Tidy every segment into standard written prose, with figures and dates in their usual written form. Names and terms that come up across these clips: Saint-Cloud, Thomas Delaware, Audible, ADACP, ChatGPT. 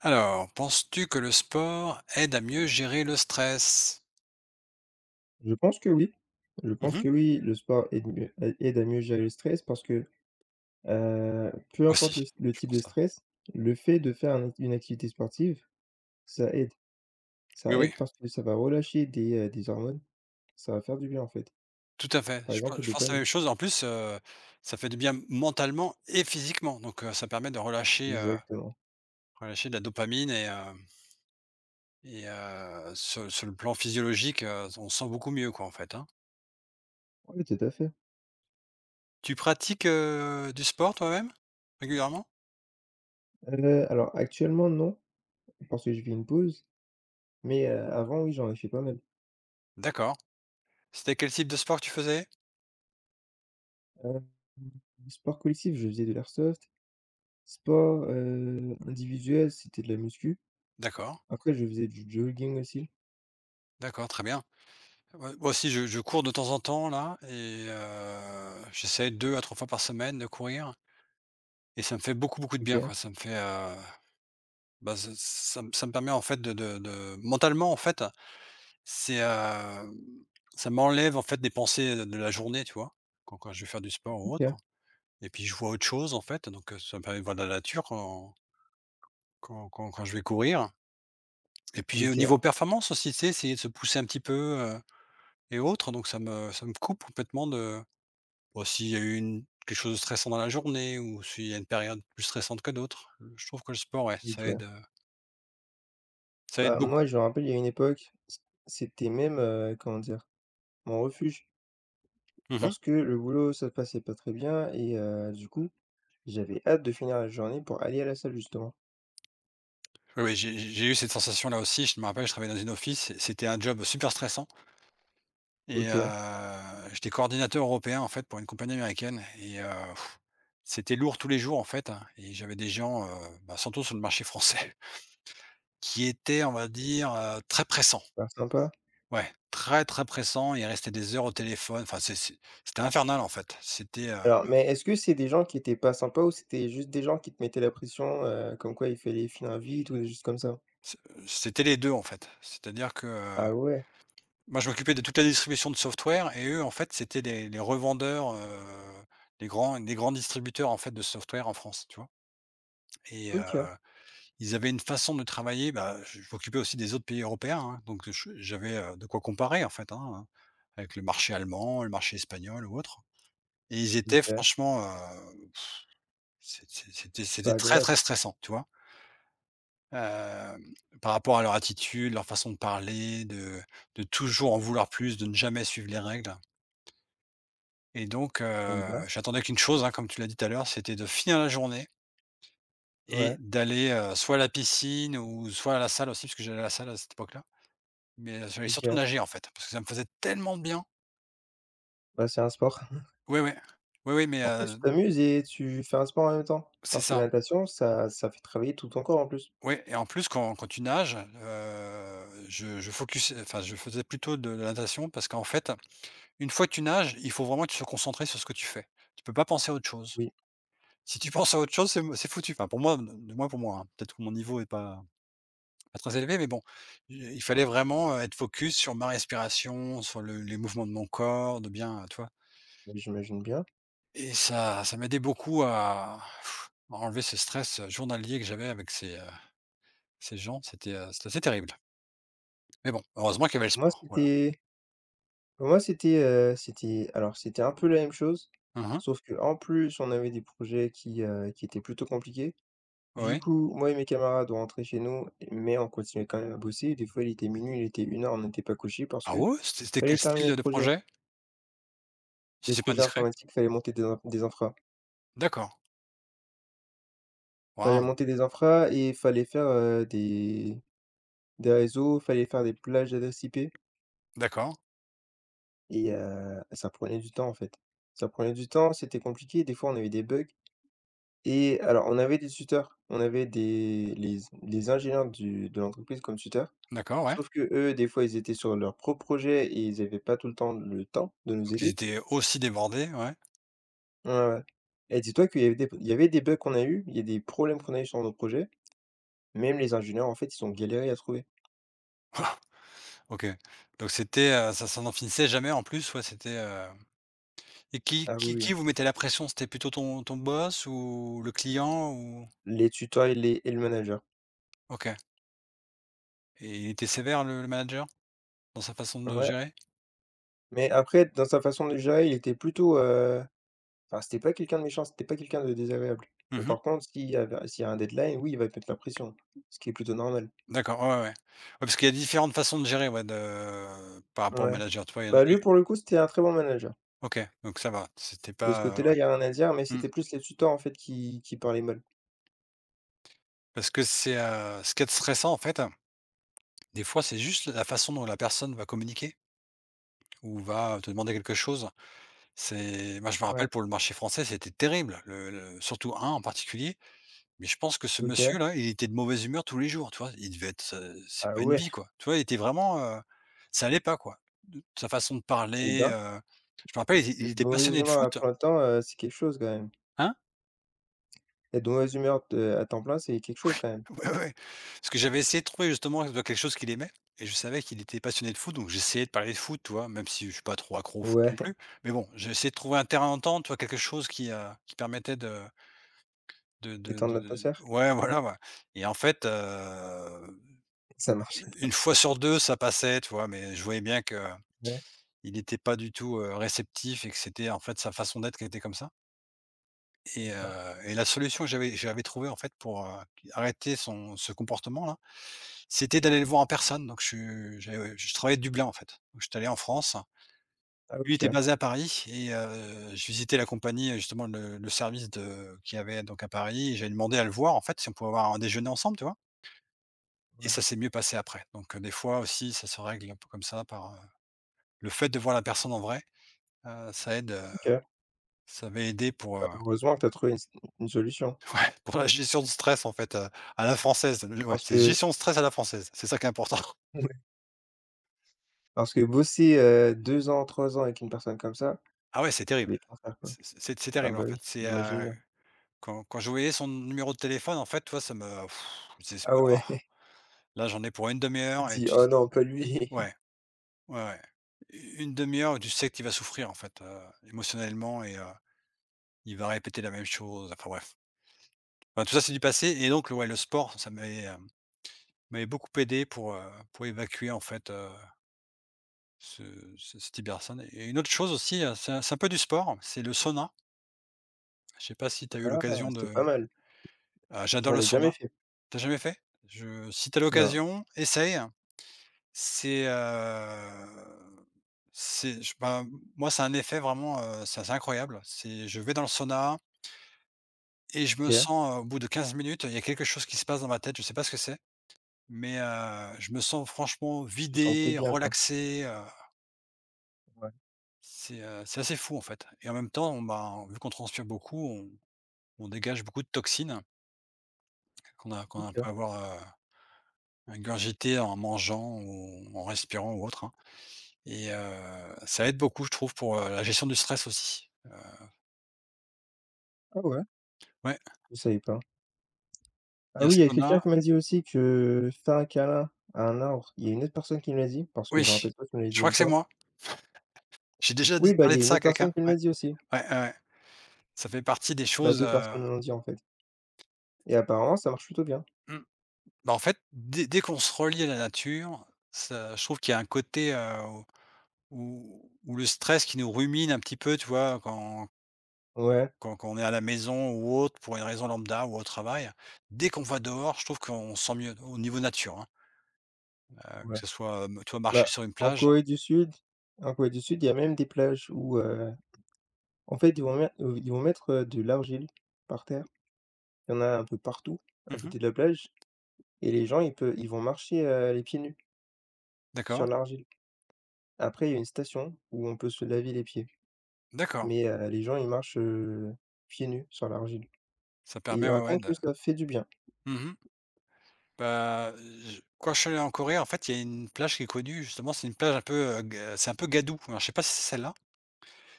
Alors, penses-tu que le sport aide à mieux gérer le stress? Je pense que oui. Je pense Mmh. que oui, le sport aide à mieux gérer le stress parce que, peu importe Aussi, le je type pense de ça. stress, le fait de faire un une activité sportive, ça aide. Oui, Ça aide oui, parce que ça va relâcher des hormones. Ça va faire du bien, en fait. tout à fait. Par Je pen exemple, la je pense la dopamine. même chose. En plus, ça fait du bien mentalement et physiquement, donc ça permet de relâcher, heu, Exactement. relâcher de la dopamine et sur le plan physiologique, on se sent beaucoup mieux, quoi, en fait, hein. Oui, tout à fait. Tu pratiques, du sport toi-même? Régulièrement? Alors actuellement, non, parce que je fais une pause, mais, avant, oui, j'en ai fait pas mal. D'accord. C'était quel type de sport que tu faisais? Heu, sport collectif, je faisais de l'airsoft. Sport, individuel, c'était de la muscu. D'accord, Après je faisais du jogging aussi. d'accord, très bien. Ouais, moi aussi je cours de temps en temps là et j'essaie 2 à 3 fois par semaine de courir, et ça me fait beaucoup, beaucoup de bien, OK, quoi. Bah, ça me permet en fait de mentalement en fait, c'est, ça m'enlève en fait des pensées de la journée, tu vois? Quand je vais faire du sport ou autre, OK, et puis je vois autre chose en fait, donc ça me permet de voir de la nature, quand je vais courir, et puis au OK, niveau performance aussi, tu sais, essayer de se pousser un petit peu, et autres, donc ça me coupe complètement de. Bon, s'il y a eu une quelque chose de stressant dans la journée, ou s'il y a une période plus stressante que d'autres, je trouve que le sport, ouais, ça OK. aide, heu, ça aide Bah, beaucoup. moi, je me rappelle, il y a une époque, c'était même, comment dire? Mon refuge Mmh. parce que le boulot, ça se passait pas très bien et du coup, j'avais hâte de finir la journée pour aller à la salle, justement. Oui, oui, j'ai eu cette sensation-là aussi. Je me rappelle, je travaillais dans une office et c'était un job super stressant, et OK, j'étais coordinateur européen, en fait, pour une compagnie américaine, et c'était lourd tous les jours, en fait, hein, et j'avais des gens, bah, surtout sur le marché français, qui étaient, on va dire, très pressants. bah, sympa. Ouais, très, très pressants. Ils restaient des heures au téléphone. Enfin, c'était infernal, en fait. C'était, heu Alors, mais est-ce que c'est des gens qui étaient pas sympas ou c'était juste des gens qui te mettaient la pression, comme quoi il fallait finir vite ou des choses comme ça? C euh, c'était les 2 en fait. C'est-à-dire que, Ah ouais, moi je m'occupais de toute la distribution de software, et eux en fait c'était les revendeurs, les grands distributeurs en fait de software en France, tu vois? Et OK, heu, ils avaient une façon de travailler, bah, je m'occupais aussi des autres pays européens, hein, donc je j'avais, de quoi comparer en fait, hein, avec le marché allemand, le marché espagnol ou autre, et ils étaient OK, franchement, c'est c'est c'était pas c'était très, agréable. très stressant, tu vois? Hem, par rapport à leur attitude, leur façon de parler, de toujours en vouloir plus, de ne jamais suivre les règles, et donc Et bah, j'attendais qu'une chose, hein, comme tu l'as dit tout à l'heure, c'était de finir la journée et ouais, d'aller, soit à la piscine ou soit à la salle aussi, parce que j'allais à la salle à cette époque-là. Mais, j'allais surtout OK. nager, en fait, parce que ça me faisait tellement de bien. Bah, c'est un sport. Oui, oui. Oui, oui, mais, En fait, tu t'amuses et tu fais un sport en même temps, c'est parce que ça. la natation, ça fait travailler tout ton corps en plus. Oui. Et en plus, quand tu nages, je focus, enfin je faisais plutôt de la natation parce qu'en fait. Une fois que tu nages, il faut vraiment que tu sois concentré sur ce que tu fais. Tu peux pas penser à autre chose. Oui, Si tu penses à autre chose, c'est foutu. Enfin pour moi, du moins pour moi, hein. Peut-être que mon niveau est pas très élevé, mais bon, il fallait vraiment, être focus sur ma respiration, sur le les mouvements de mon corps, de bien, tu vois? oui, j'imagine bien. Et ça m'aidait beaucoup à à enlever ce stress, journalier, que j'avais avec ces gens. C'était assez terrible. Mais bon, heureusement qu'il y avait le Moi, sport, voilà. c'était moi, c'était, c'était alors C'était un peu la même chose, Mmh. sauf que en plus, on avait des projets qui étaient plutôt compliqués. Du Oui. coup, moi et mes camarades, on rentrait chez nous, mais on continuait quand même à bosser. Des fois, il était minuit, il était 1 heure, on n'était pas couché parce Ah qu'il ouais? C'était fallait quel terminer le style de projet. projet? Si Des c'est pas projets discret. informatiques, fallait monter des infras. D'accord. Fallait Waouh! monter des infras et fallait faire des réseaux, fallait faire des plages d'ADACP D'accord. et ça prenait du temps, en fait. Ça prenait du temps, c'était compliqué, des fois on avait des bugs et alors on avait des tuteurs, on avait des les ingénieurs du de l'entreprise comme tuteurs, D'accord, ouais. sauf que eux des fois, ils étaient sur leur propre projet et ils avaient pas tout le temps de nous Donc ils aider. étaient aussi débordés, ouais. Ouais, ouais ouais. Et dis-toi qu'il y avait des bugs qu'on a eu, il y a des problèmes qu'on a eu sur nos projets, même les ingénieurs, en fait, ils ont galéré à trouver. OK. Donc c'était, ça n'en finissait jamais en plus, ouais, et qui Ah qui oui, oui, qui vous mettait la pression? C'était plutôt ton boss ou le client ou. les tuteurs et le manager. OK. Et il était sévère le manager dans sa façon de Ouais. gérer? Mais après, dans sa façon de gérer, il était plutôt, enfin, c'était pas quelqu'un de méchant, c'était pas quelqu'un de désagréable. Mais Mmh. par contre, s'il y a un deadline, oui, il va te mettre la pression, ce qui est plutôt normal. D'accord, ouais, ouais, ouais. Ouais, parce qu'il y a différentes façons de gérer, ouais, de par rapport au Ouais. manager, tu vois? Il y en a Bah, qui. lui, pour le coup, c'était un très bon manager. OK, donc ça va, c'était De ce pas, côté-là, il y ouais. a rien à dire, mais Mmh. c'était plus les tuteurs, en fait, qui parlaient mal. Parce que c'est, ce qui est stressant en fait, des fois, c'est juste la façon dont la personne va communiquer. Ou va te demander quelque chose. C'est moi, je me Ouais, rappelle pour le marché français, c'était terrible, le surtout un en particulier, mais je pense que ce OK. monsieur-là, il était de mauvaise humeur tous les jours, tu vois? Il devait être, c'est Ah pas une ouais, vie, quoi. Tu vois? Il était vraiment, ça allait pas, quoi. De sa façon de eh parler, ben, je me rappelle, il être de était mauvaise passionné de humeur à foot, plein temps, c'est quelque chose quand même. hein? Être de mauvaise humeur de à temps plein, c'est quelque chose quand même. Ouais, ouais, ouais, parce que j'avais essayé de trouver justement quelque chose qu'il aimait, et je savais qu'il était passionné de foot, donc j'essayais de parler de foot, tu vois? Même si je suis pas trop accro au foot Ouais, non plus, mais bon, j'ai essayé de trouver un terrain d'entente, tu vois? Quelque chose qui permettait de. Détendre l'atmosphère? Ouais, voilà, ouais, et en fait, Ça marchait pas. une fois sur 2, ça passait, tu vois? Mais je voyais bien que Ouais, il n'était pas du tout, réceptif, et que c'était, en fait, sa façon d'être qui était comme ça, eh et heu ben. et la solution que j'avais trouvée, en fait, pour, arrêter son ce comportement-là, c'était d'aller le voir en personne. Donc j'avais je travaillais de Dublin, en fait. Donc j'étais allé en France. Ah Lui OK, était ouais, basé à Paris, et je visitais la compagnie, justement, le service de qu'il y avait donc à Paris, et j'avais demandé à le voir, en fait, si on pouvait avoir un déjeuner ensemble, tu vois? Et ça s'est mieux passé après. Donc, des fois aussi, ça se règle un peu comme ça par, le fait de voir la personne en vrai, ça aide, OK. ça va aider pour, Bah, heureusement que tu as trouvé une solution ouais, pour la gestion de stress en fait, à la française. Ouais, parce c'est que gestion de stress à la française, c'est ça qui est important. ouais, parce que bosser, 2 ans, 3 ans avec une personne comme ça, Ah ouais, c'est ça doit terrible. être l'enfer, quoi. C'est Ah terrible en bah, fait. oui, C'est, j'imagine bien. quand je voyais son numéro de téléphone en fait, toi ça me je me disais: «C'est Ah ouais, là j'en ai pour une demi tu te heure», et dis: tu. «Oh non, pas lui». Ouais, ouais, ouais. Une demi heure où tu sais qu'il va souffrir en fait, émotionnellement, et il va répéter la même chose, enfin bref. Enfin, tout ça, c'est du passé, et donc le ouais, le sport, ça m'avait beaucoup aidé pour évacuer en fait, ce cette hypersonne. Et une autre chose aussi, c'est un peu du sport, c'est le sauna. Je sais pas si tu as eu Ah, l'occasion c'est de. pas mal. Ah, j'adore J'en le ai jamais sauna. fait. Tu as jamais fait? Je si tu as Non, l'occasion, essaye. C'est, heu, c'est je ben, moi, ça un effet vraiment, c'est assez incroyable. C'est je vais dans le sauna et je me OK. sens, au bout de 15 minutes, il y a quelque chose qui se passe dans ma tête, je sais pas ce que c'est. Mais je me sens franchement Tu sentais vidé, bien, quoi. relaxé, Ouais, c'est assez fou en fait, et en même temps, on ben, vu qu'on transpire beaucoup, on dégage beaucoup de toxines qu'on OK. peut avoir, ingurgitées en mangeant ou en respirant ou autre, hein, et ça aide beaucoup je trouve pour, la gestion du stress aussi. Ah ouais, Ouais, je savais pas. il Ah y a oui, il y a sauna. quelqu'un qui m'a dit aussi que faire un câlin à un arbre, il y a une autre personne qui me l'a dit, parce que je Oui, me rappelle pas, tu me l'avais je dit crois une que c'est fois. moi. J'ai déjà dit Oui, bah, il parlé y a de une ça à autre quelqu'un. personne qui me Ouais, l'a dit aussi. ouais, ouais, ouais. Ça fait partie des Bah, choses, 2 personnes me l'ont dit, en fait, et apparemment ça marche plutôt bien. mmh. Bah, en fait, dès qu'on se relie à la nature, ça je trouve qu'il y a un côté, où le stress qui nous rumine un petit peu, tu vois? Quand Ouais, quand quand on est à la maison ou autre, pour une raison lambda ou au travail, dès qu'on va dehors, je trouve qu'on se sent mieux au niveau nature, hein, ouais. que ce soit, tu vois, marcher Bah, sur une en plage. Corée du Sud en Corée du Sud, il y a même des plages où, en fait, ils vont mettre, de l'argile par terre. Il y en a un peu partout à Mmh. côté de la plage et les gens, ils vont marcher, les pieds nus sur D'accord, l'argile. Après, il y a une station où on peut se laver les pieds, d'accord. mais les gens, ils marchent, pieds nus sur l'argile. Ça Et il permet, ouais, ouais, raconte de. que ça fait du bien. Mmh. Bah, je quand je suis allé en Corée, en fait, il y a une plage qui est connue, justement, c'est une plage un peu, g c'est un peu gadou. Alors je sais pas si c'est celle-là?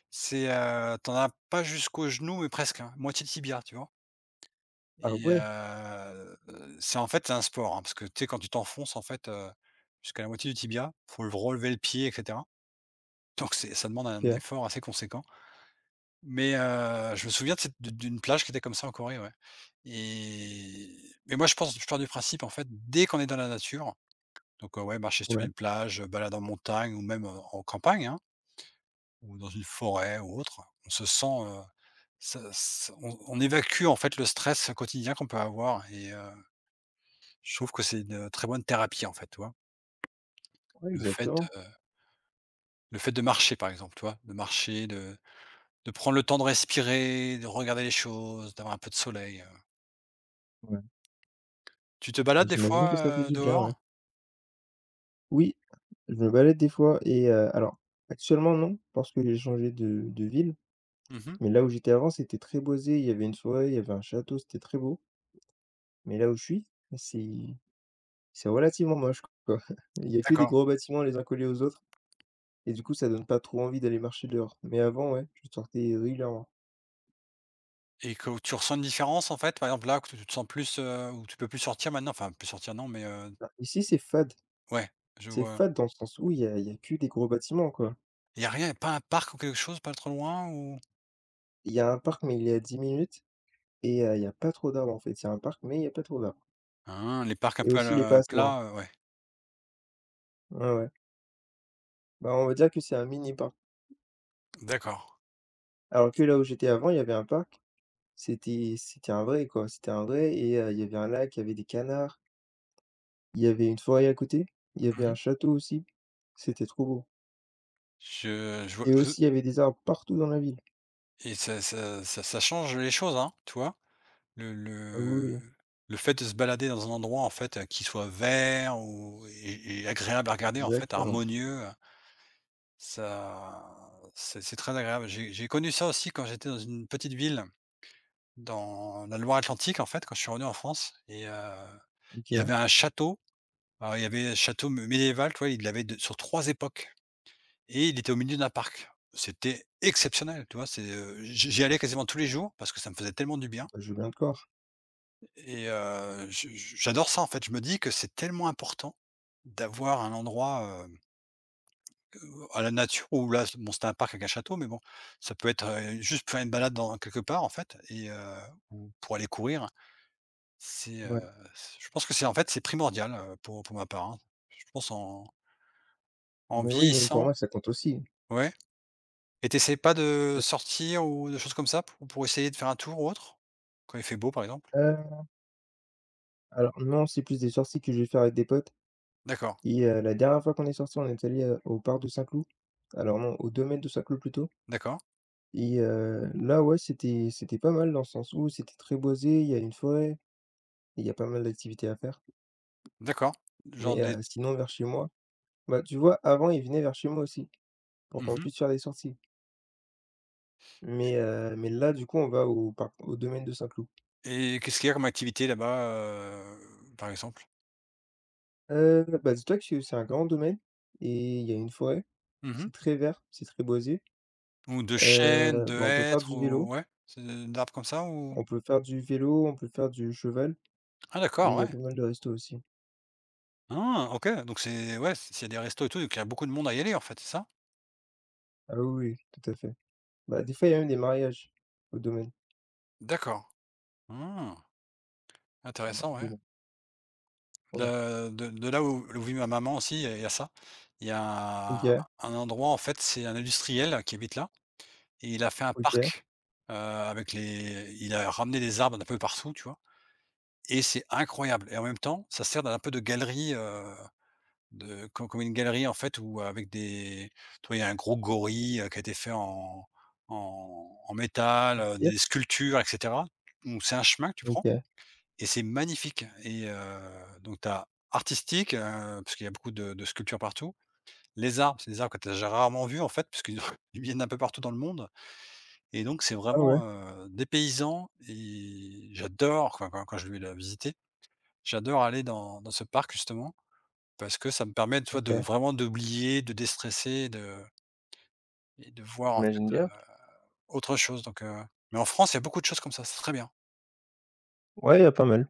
C'est, tu as pas jusqu'au genou, mais presque, hein, moitié de tibia, tu vois? Ah ouais, C'est en fait, c'est un sport, hein, parce que, tu sais, quand tu t'enfonces, en fait, jusqu'à la moitié du tibia, faut le relever le pied et cetera. Donc c'est ça demande un OK. effort assez conséquent. Mais je me souviens de cette d'une plage qui était comme ça en Corée, ouais. Et mais moi, je pars du principe, en fait, dès qu'on est dans la nature, donc ouais, marcher sur Ouais, une plage, balade en montagne ou même en campagne, hein. Ou dans une forêt ou autre, on se sent, ça ç on évacue en fait le stress quotidien qu'on peut avoir et je trouve que c'est une très bonne thérapie en fait, tu vois? ouais, Le fait, exactement. le fait de marcher par exemple, tu vois? De marcher, de prendre le temps de respirer, de regarder les choses, d'avoir un peu de soleil. Ouais, Tu te bah, balades des j'imagine que ça fait fois, du bien, dehors? ouais. Oui, je me balade des fois et alors actuellement non, parce que j'ai changé de ville, Mmh. mais là où j'étais avant, c'était très boisé, il y avait une forêt, il y avait un château, c'était très beau. Mais là où je suis, c'est C'est relativement moche, quoi. Il y a que des D'accord, gros bâtiments les uns collés aux autres et du coup, ça donne pas trop envie d'aller marcher dehors. Mais avant, ouais, je sortais régulièrement. et que tu ressens une différence en fait? Par exemple là, que tu te sens plus, où tu peux plus sortir maintenant? Enfin plus sortir non, mais Bah, ici, c'est fade. ouais, je C'est vois. fade dans le sens où il y a que des gros bâtiments, quoi. Il y a rien, pas un parc ou quelque chose pas trop loin ou… Il y a un parc, mais il est à 10 minutes et il y a pas trop d'arbres, en fait. Il y a un parc, mais il y a pas trop d'arbres Hein, les parcs un et peu à aussi il est pas la assez grand. plat, ouais. Ouais, ouais. Bah, on va dire que c'est un mini parc. D'accord. Alors que là où j'étais avant, il y avait un parc, c'était un vrai, quoi. C'était un vrai et il y avait un lac, il y avait des canards, il y avait une forêt à côté, il y avait un Mmh. château aussi. C'était trop beau. Je vois Et je aussi, il y avait des arbres partout dans la ville. Et ça change les choses, hein, tu vois? Le Ah le oui, oui, le fait de se balader dans un endroit, en fait, qui soit vert ou et agréable à regarder, en fait, exactement. harmonieux, ça c'est très agréable. J'ai connu ça aussi quand j'étais dans une petite ville dans la Loire-Atlantique, en fait, quand je suis revenu en France et il y OK, avait un château, alors il y avait un château mé médiéval, tu vois? Il l'avait de sur 3 époques. Et il était au milieu d'un parc. C'était exceptionnel, tu vois? J'y allais quasiment tous les jours parce que ça me faisait tellement du bien bah, je veux bien te corps. et je j'adore ça, en fait. Je me dis que c'est tellement important d'avoir un endroit, à la nature où là, bon, c'était un parc avec un château, mais bon, ça peut être, juste pour faire une balade dans quelque part, en fait et ou pour aller courir. C'est, Ouais. c Je pense que c'est primordial, pour ma part, hein. Je pense en en Mais oui, même pour vieillissant, moi, ça compte aussi. ouais? Et t'essayes pas de Peut sortir ou de choses comme ça pour essayer de faire un tour ou autre? Quand il fait beau, par exemple? alors non, c'est plus des sorties que je vais faire avec des potes D'accord, et la dernière fois qu'on est sorti on est allé au parc de Saint-Cloud. Alors non, au domaine de Saint-Cloud plutôt d'accord, et là, ouais, c'était pas mal dans le sens où c'était très boisé, il y a une forêt, et il y a pas mal d'activités à faire. d'accord. Genre Mais des t sinon vers chez moi, bah, tu vois, avant, ils venaient vers chez moi aussi pour qu'on Mmh. puisse faire des sorties. Mais mais là, du coup, on va au parc au domaine de Saint-Cloud. Et qu'est-ce qu'il y a comme activité là-bas, par exemple? Bah, dis-toi que c'est un grand domaine et il y a une forêt. Mmh. C'est très vert, c'est très boisé. Ou de chênes, Heu, de bah, on peut faire hêtres du vélo, ou ouais, c'est d'arbres comme ça ou? on peut faire du vélo, on peut faire du cheval Ah et d'accord, il y a ouais. pas mal de restos aussi. Ah OK, donc c'est ouais, s'il y a des restos et tout, donc il y a beaucoup de monde à y aller, en fait, c'est ça? Ah oui, oui, tout à fait. Bah, des fois, il y a même des mariages au domaine, D'accord. Mmh, à leur intéressant, ouais. domaine. Ouais. De là où vit ma maman aussi, il y a ça. Il y a OK, un endroit, en fait, c'est un industriel qui habite là et il a fait un OK. parc, avec les… Il a ramené des arbres d'un peu partout, tu vois? Et c'est incroyable et en même temps, ça sert d'un peu de galerie, de co comme une galerie, en fait, où avec des… Tu vois, il y a un gros gorille, qui a été fait en métal, En cire, des sculptures et cetera. Donc c'est un chemin que tu prends OK. et c'est magnifique et donc tu as artistique, parce qu'il y a beaucoup de sculptures partout. Les arbres, c'est des arbres que tu as ja rarement vus, en fait, puisqu'ils ils viennent un peu partout dans le monde et donc c'est Ah ouais, vraiment, dépaysant et j'adore quand je vais la visiter, j'adore aller dans ce parc justement parce que ça me permet, tu vois, de OK. vraiment d'oublier, de déstresser, de… Et de voir, en J'imagine fait, bien. autre chose, donc mais en France, il y a beaucoup de choses comme ça, c'est très bien. Ouais, il y a pas mal.